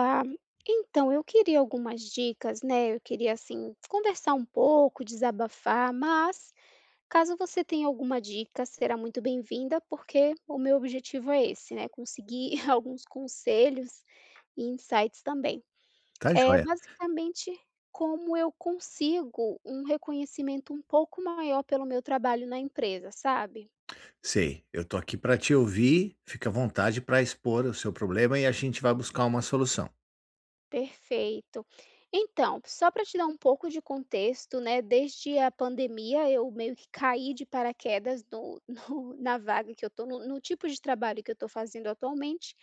Ah, então eu queria algumas dicas, né, eu queria, assim, conversar um pouco, desabafar, mas caso você tenha alguma dica, será muito bem-vinda, porque o meu objetivo é esse, né, conseguir alguns conselhos e insights também. Tá É joia. basicamente como eu consigo um reconhecimento um pouco maior pelo meu trabalho na empresa, sabe? Sei, eu tô aqui pra te ouvir, fica à vontade pra expor o seu problema e a gente vai buscar uma solução. Perfeito. Então, só para te dar um pouco de contexto, né? Desde a pandemia, eu meio que caí de paraquedas no, no- na vaga que eu estou, no tipo de trabalho que eu estou fazendo atualmente,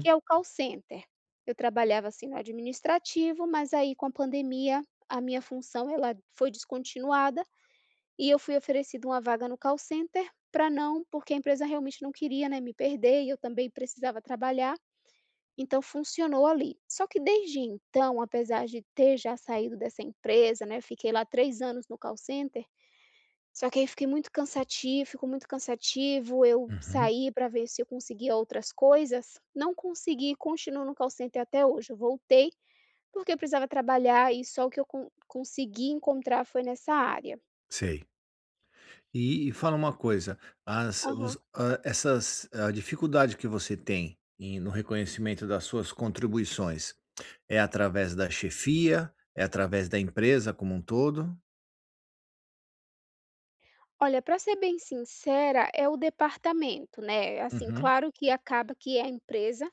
que é o call center. Eu trabalhava assim no administrativo, mas aí com a pandemia, a minha função ela foi descontinuada e eu fui oferecida uma vaga no call center para não, porque a empresa realmente não queria, né, me perder e eu também precisava trabalhar. Então funcionou ali. Só que desde então, apesar de ter já saído dessa empresa, né, fiquei lá 3 anos no call center, só que aí fiquei muito cansativo ficou muito cansativo, eu uhum, saí para ver se eu conseguia outras coisas, não consegui e continuo no call center até hoje. Eu voltei, porque eu precisava trabalhar e só o que eu consegui encontrar foi nessa área. sei. E fala uma coisa, as os Aham. hã, essas a dificuldade que você tem em no reconhecimento das suas contribuições, é através da chefia, é através da empresa como um todo? Olha, para ser bem sincera, é o departamento, né, assim, Uhum, claro que acaba que é a empresa.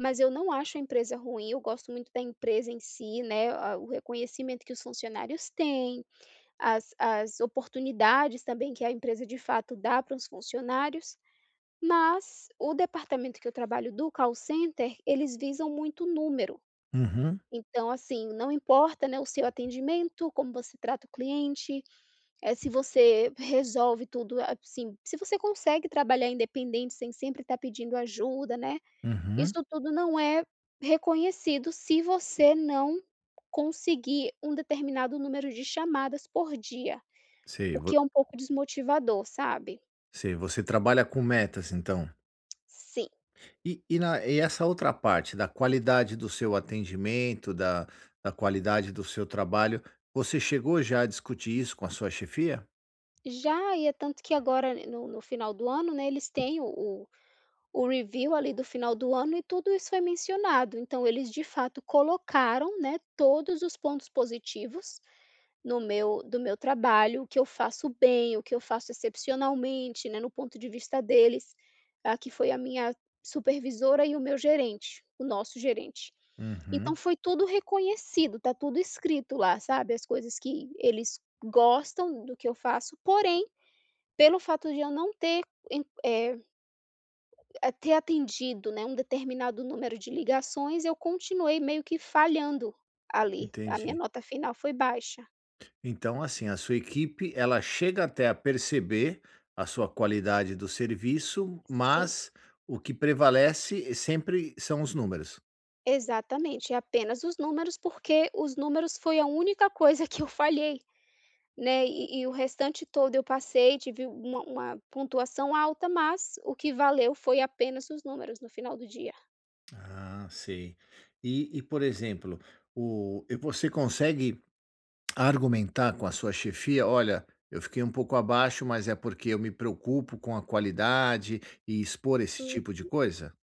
Mas eu não acho a empresa ruim, eu gosto muito da empresa em si, né, a o reconhecimento que os funcionários têm, as oportunidades também que a empresa de fato dá para os funcionários, mas o departamento que eu trabalho do call center, eles visam muito número. uhum, Então, assim, não importa, né, o seu atendimento, como você trata o cliente, se você resolve tudo, assim, se você consegue trabalhar independente sem sempre estar pedindo ajuda, né. uhum. Isso tudo não é reconhecido se você não conseguir um determinado número de chamadas por dia, Sei, o vo que é um pouco desmotivador, sabe. Sei, você trabalha com metas, então? Sim. E essa outra parte da qualidade do seu atendimento, da da qualidade do seu trabalho, você chegou já a discutir isso com a sua chefia? Já, e é tanto que agora, né, no final do ano, né, eles têm o o review ali do final do ano e tudo isso foi mencionado, então eles de fato colocaram, né, todos os pontos positivos no meu trabalho, o que eu faço bem, o que eu faço excepcionalmente, né, no ponto de vista deles, ah, que foi a minha supervisora e o meu gerente, o nosso gerente. Então Uhum, foi tudo reconhecido, tá tudo escrito lá, sabe, as coisas que eles gostam do que eu faço, porém, pelo fato de eu não ter en eh, ter atendido, né, um determinado número de ligações, eu continuei meio que falhando ali, a minha entendi. nota final foi baixa. Então, assim, a sua equipe, ela chega até a perceber a sua qualidade do serviço, Sim. mas o que prevalece sempre são os números. Exatamente, é apenas os números, porque os números foi a única coisa que eu falhei, né, e o restante todo eu passei, tive uma pontuação alta, mas o que valeu foi apenas os números no final do dia. Ah, sei. E, por exemplo, o e você consegue argumentar com a sua chefia: "Olha, eu fiquei um pouco abaixo, mas é porque eu me preocupo com a qualidade", e expor esse Hum, tipo de coisa?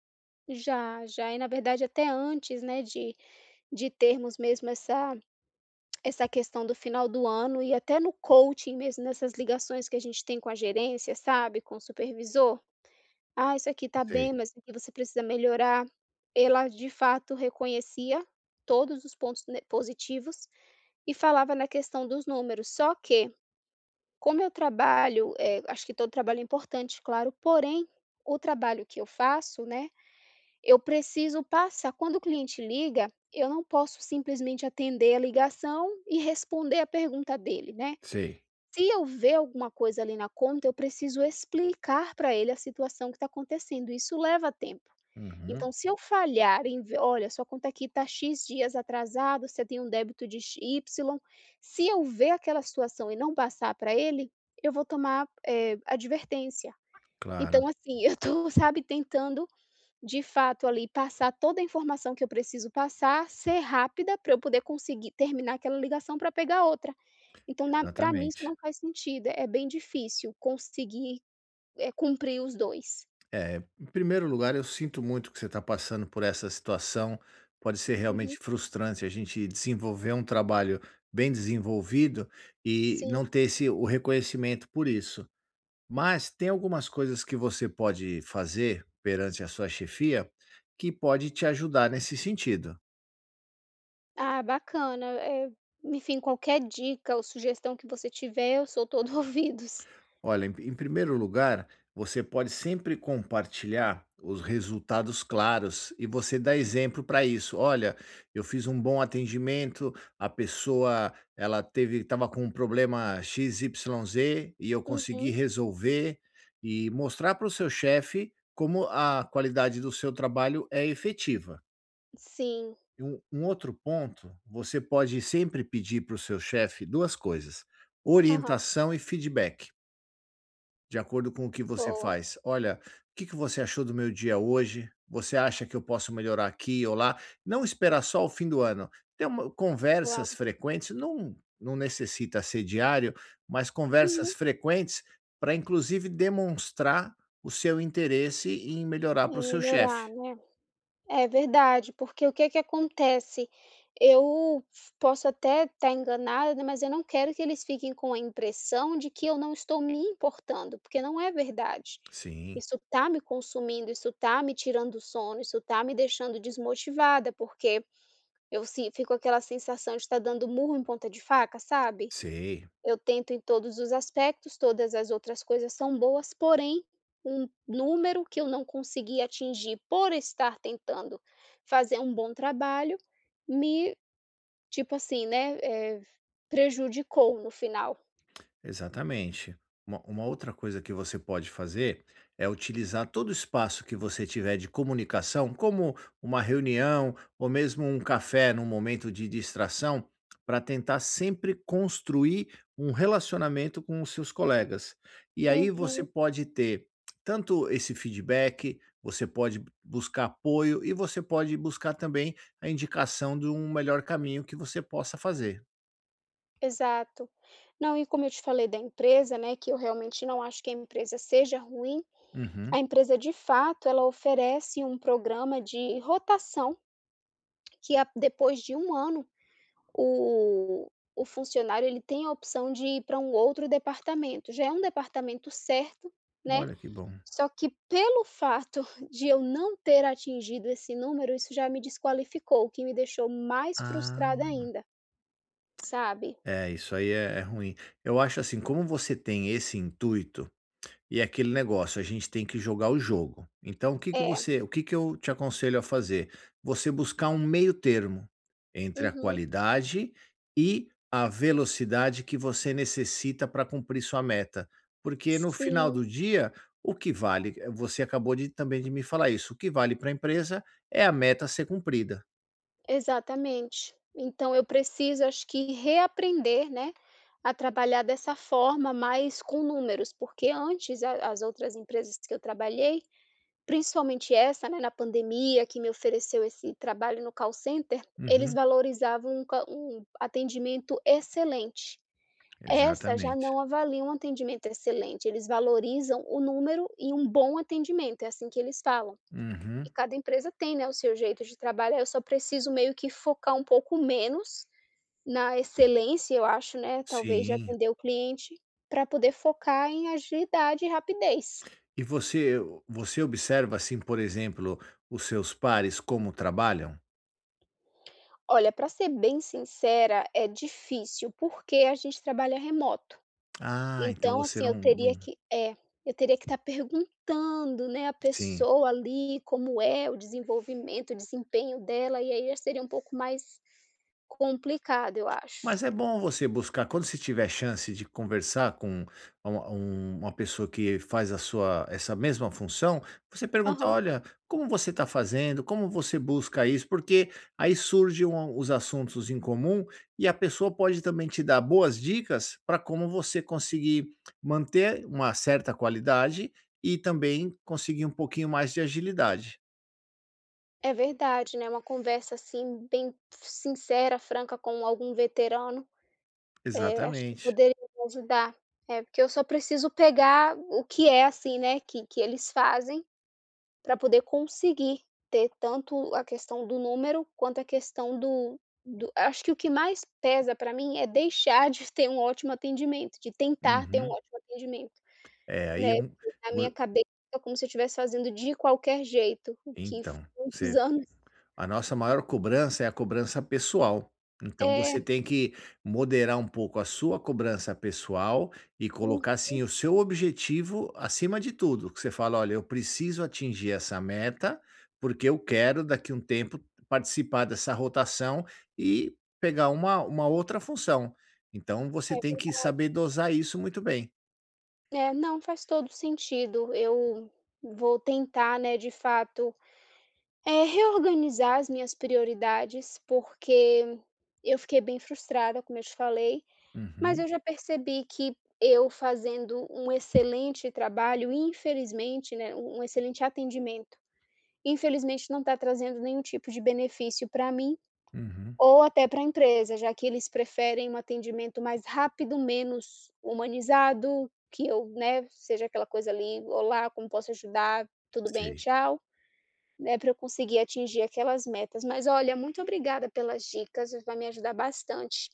já, já, e na verdade até antes, né, de termos mesmo essa essa questão do final do ano e até no coaching mesmo, nessas ligações que a gente tem com a gerência, sabe, com o supervisor. Ah, isso aqui tá Sei, bem, mas isso aqui você precisa melhorar. Ela de fato reconhecia todos os pontos ne positivos e falava na questão dos números, só que, como eu trabalho, acho que todo trabalho é importante, claro, porém, o trabalho que eu faço, né, eu preciso passar quando o cliente liga, eu não posso simplesmente atender a ligação e responder a pergunta dele, né. sei. Se eu ver alguma coisa ali na conta, eu preciso explicar para ele a situação que está acontecendo, isso leva tempo. Uhum, Então, se eu falhar em ver: "Olha, sua conta aqui está X dias atrasado, você tem um débito de X Y", se eu ver aquela situação e não passar para ele, eu vou tomar, advertência. claro, Então, assim, eu estou, sabe, tentando, de fato, ali, passar toda a informação que eu preciso passar, ser rápida para eu poder conseguir terminar aquela ligação para pegar outra. Então para mim isso exatamente. não faz sentido, é bem difícil conseguir, cumprir os dois. É, em primeiro lugar, eu sinto muito que você está passando por essa situação, pode ser Uhum. realmente frustrante a gente desenvolver um trabalho bem desenvolvido e Sim. não ter esse o reconhecimento por isso. Mas tem algumas coisas que você pode fazer perante a sua chefia que pode te ajudar nesse sentido. Ah, bacana. Enfim, qualquer dica ou sugestão que você tiver, eu sou todo ouvidos. Olha, em, em primeiro lugar, você pode sempre compartilhar os resultados claros e você dá exemplo para isso. Olha, eu fiz um bom atendimento, a pessoa ela teve estava com um problema X, Y, Z e eu consegui Uhum. resolver e mostrar para o seu chefe como a qualidade do seu trabalho é efetiva. Sim. Um outro ponto, você pode sempre pedir para o seu chefe 2 coisas: Aham. orientação e feedback, de acordo com o que você Boa. faz. "Olha, o que você achou do meu dia hoje? Você acha que eu posso melhorar aqui ou lá?" Não esperar só o fim do ano. Ter uma conversas Claro. frequentes, não necessita ser diário, mas conversas Uhum. frequentes para inclusive demonstrar o seu interesse em melhorar E para o seu melhorar, chefe. né. É verdade, porque o que que acontece? Eu f posso até estar enganada, né, mas eu não quero que eles fiquem com a impressão de que eu não estou me importando, porque não é verdade. Sim, Isso tá me consumindo, isso tá me tirando o sono, isso tá me deixando desmotivada, porque Eu sin fico com aquela sensação de estar dando murro em ponta de faca, sabe. sei. Eu tento em todos os aspectos, todas as outras coisas são boas, porém, um número que eu não consegui atingir por estar tentando fazer um bom trabalho, me tipo assim, né, eh, prejudicou no final. Exatamente. Uma outra coisa que você pode fazer é utilizar todo o espaço que você tiver de comunicação, como uma reunião ou mesmo um café num momento de distração, para tentar sempre construir um relacionamento com os seus colegas. E aí você Uhum, pode ter tanto esse feedback, você pode buscar apoio e você pode buscar também a indicação de um melhor caminho que você possa fazer. exato. Não, e como eu te falei da empresa, né, que eu realmente não acho que a empresa seja ruim, a Uhum. empresa de fato ela oferece um programa de rotação que a depois de um ano, o o funcionário ele tem a opção de ir para um outro departamento, já é um departamento certo, né, Olha que bom. só que pelo fato de eu não ter atingido esse número, isso já me desqualificou, o que me deixou mais frustrada Ah, ainda, sabe. é, isso aí é ruim. Eu acho assim, como você tem esse intuito e é aquele negócio, a gente tem que jogar o jogo. Então, o que que É, você o que que eu te aconselho a fazer? Você buscar um meio termo entre a uhum, qualidade e a velocidade que você necessita para cumprir sua meta. Porque no final sim, do dia, o que vale, você acabou de também de me falar isso, o que vale para a empresa é a meta a ser cumprida. exatamente. Então eu preciso, acho que reaprender, né, a trabalhar dessa forma, mais com números, porque antes a as outras empresas que eu trabalhei, principalmente essa, né, na pandemia, que me ofereceu esse trabalho no call center, eles Uhum, valorizavam um ca um atendimento excelente. Essa já exatamente. não avalia um atendimento excelente, eles valorizam o número e um bom atendimento, é assim que eles falam. Uhum, E cada empresa tem, né, o seu jeito de trabalhar, eu só preciso meio que focar um pouco menos na excelência, eu acho, né, talvez de sim. atender o cliente, para poder focar em agilidade e rapidez. E você observa, assim, por exemplo, os seus pares como trabalham? Olha, para ser bem sincera, é difícil, porque a gente trabalha remoto. Ah, então Então, você assim, não não eu teria que estar perguntando, né, a sim. pessoa ali como é o desenvolvimento, o desempenho dela, e aí já seria um pouco mais complicado, eu acho. Mas é bom você buscar, quando você tiver chance de conversar com uma pessoa que faz a sua essa mesma função, você pergunta, Aham. olha, como você está fazendo, como você busca isso, porque os assuntos em comum e a pessoa pode também te dar boas dicas para como você conseguir manter uma certa qualidade e também conseguir um pouquinho mais de agilidade. É verdade, né, uma conversa, assim, bem sincera, franca com algum veterano, acho que Exatamente. poderia me ajudar. É, porque eu só preciso pegar o que é, assim, né, que eles fazem para poder conseguir ter tanto a questão do número, quanto a questão do acho que o que mais pesa para mim é deixar de ter um ótimo atendimento, de tentar ter um Uhum. ótimo atendimento, É, aí né, é um- na minha vo- cabeça é como se eu estivesse fazendo de qualquer jeito, o que f então, muitos você anos A nossa maior cobrança é a cobrança pessoal. Então você é, tem que moderar um pouco a sua cobrança pessoal e hum, colocar assim o seu objetivo acima de tudo. Que você fala: olha, eu preciso atingir essa meta, porque eu quero daqui a um tempo participar dessa rotação e pegar uma outra função. Então é você tem que ver saber dosar isso muito bem. é, não, faz todo sentido. Eu vou tentar, né, de fato, reorganizar as minhas prioridades, porque eu fiquei bem frustrada, como eu te falei. Mas Uhum, eu já percebi que eu fazendo um excelente trabalho, infelizmente, né, um excelente atendimento, infelizmente não está trazendo nenhum tipo de benefício para mim uhum, ou até para a empresa, já que eles preferem um atendimento mais rápido, menos humanizado, que eu, né, seja aquela coisa ali: "Olá, como posso ajudar? Tudo bem, sei. tchau". Né, para eu conseguir atingir aquelas metas. Mas olha, muito obrigada pelas dicas, vai me ajudar bastante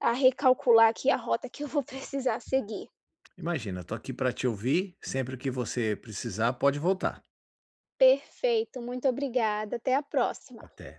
a recalcular aqui a rota que eu vou precisar seguir. Imagina, eu tô aqui para te ouvir. Sempre que você precisar, pode voltar. Perfeito, muito obrigada, até a próxima. Até.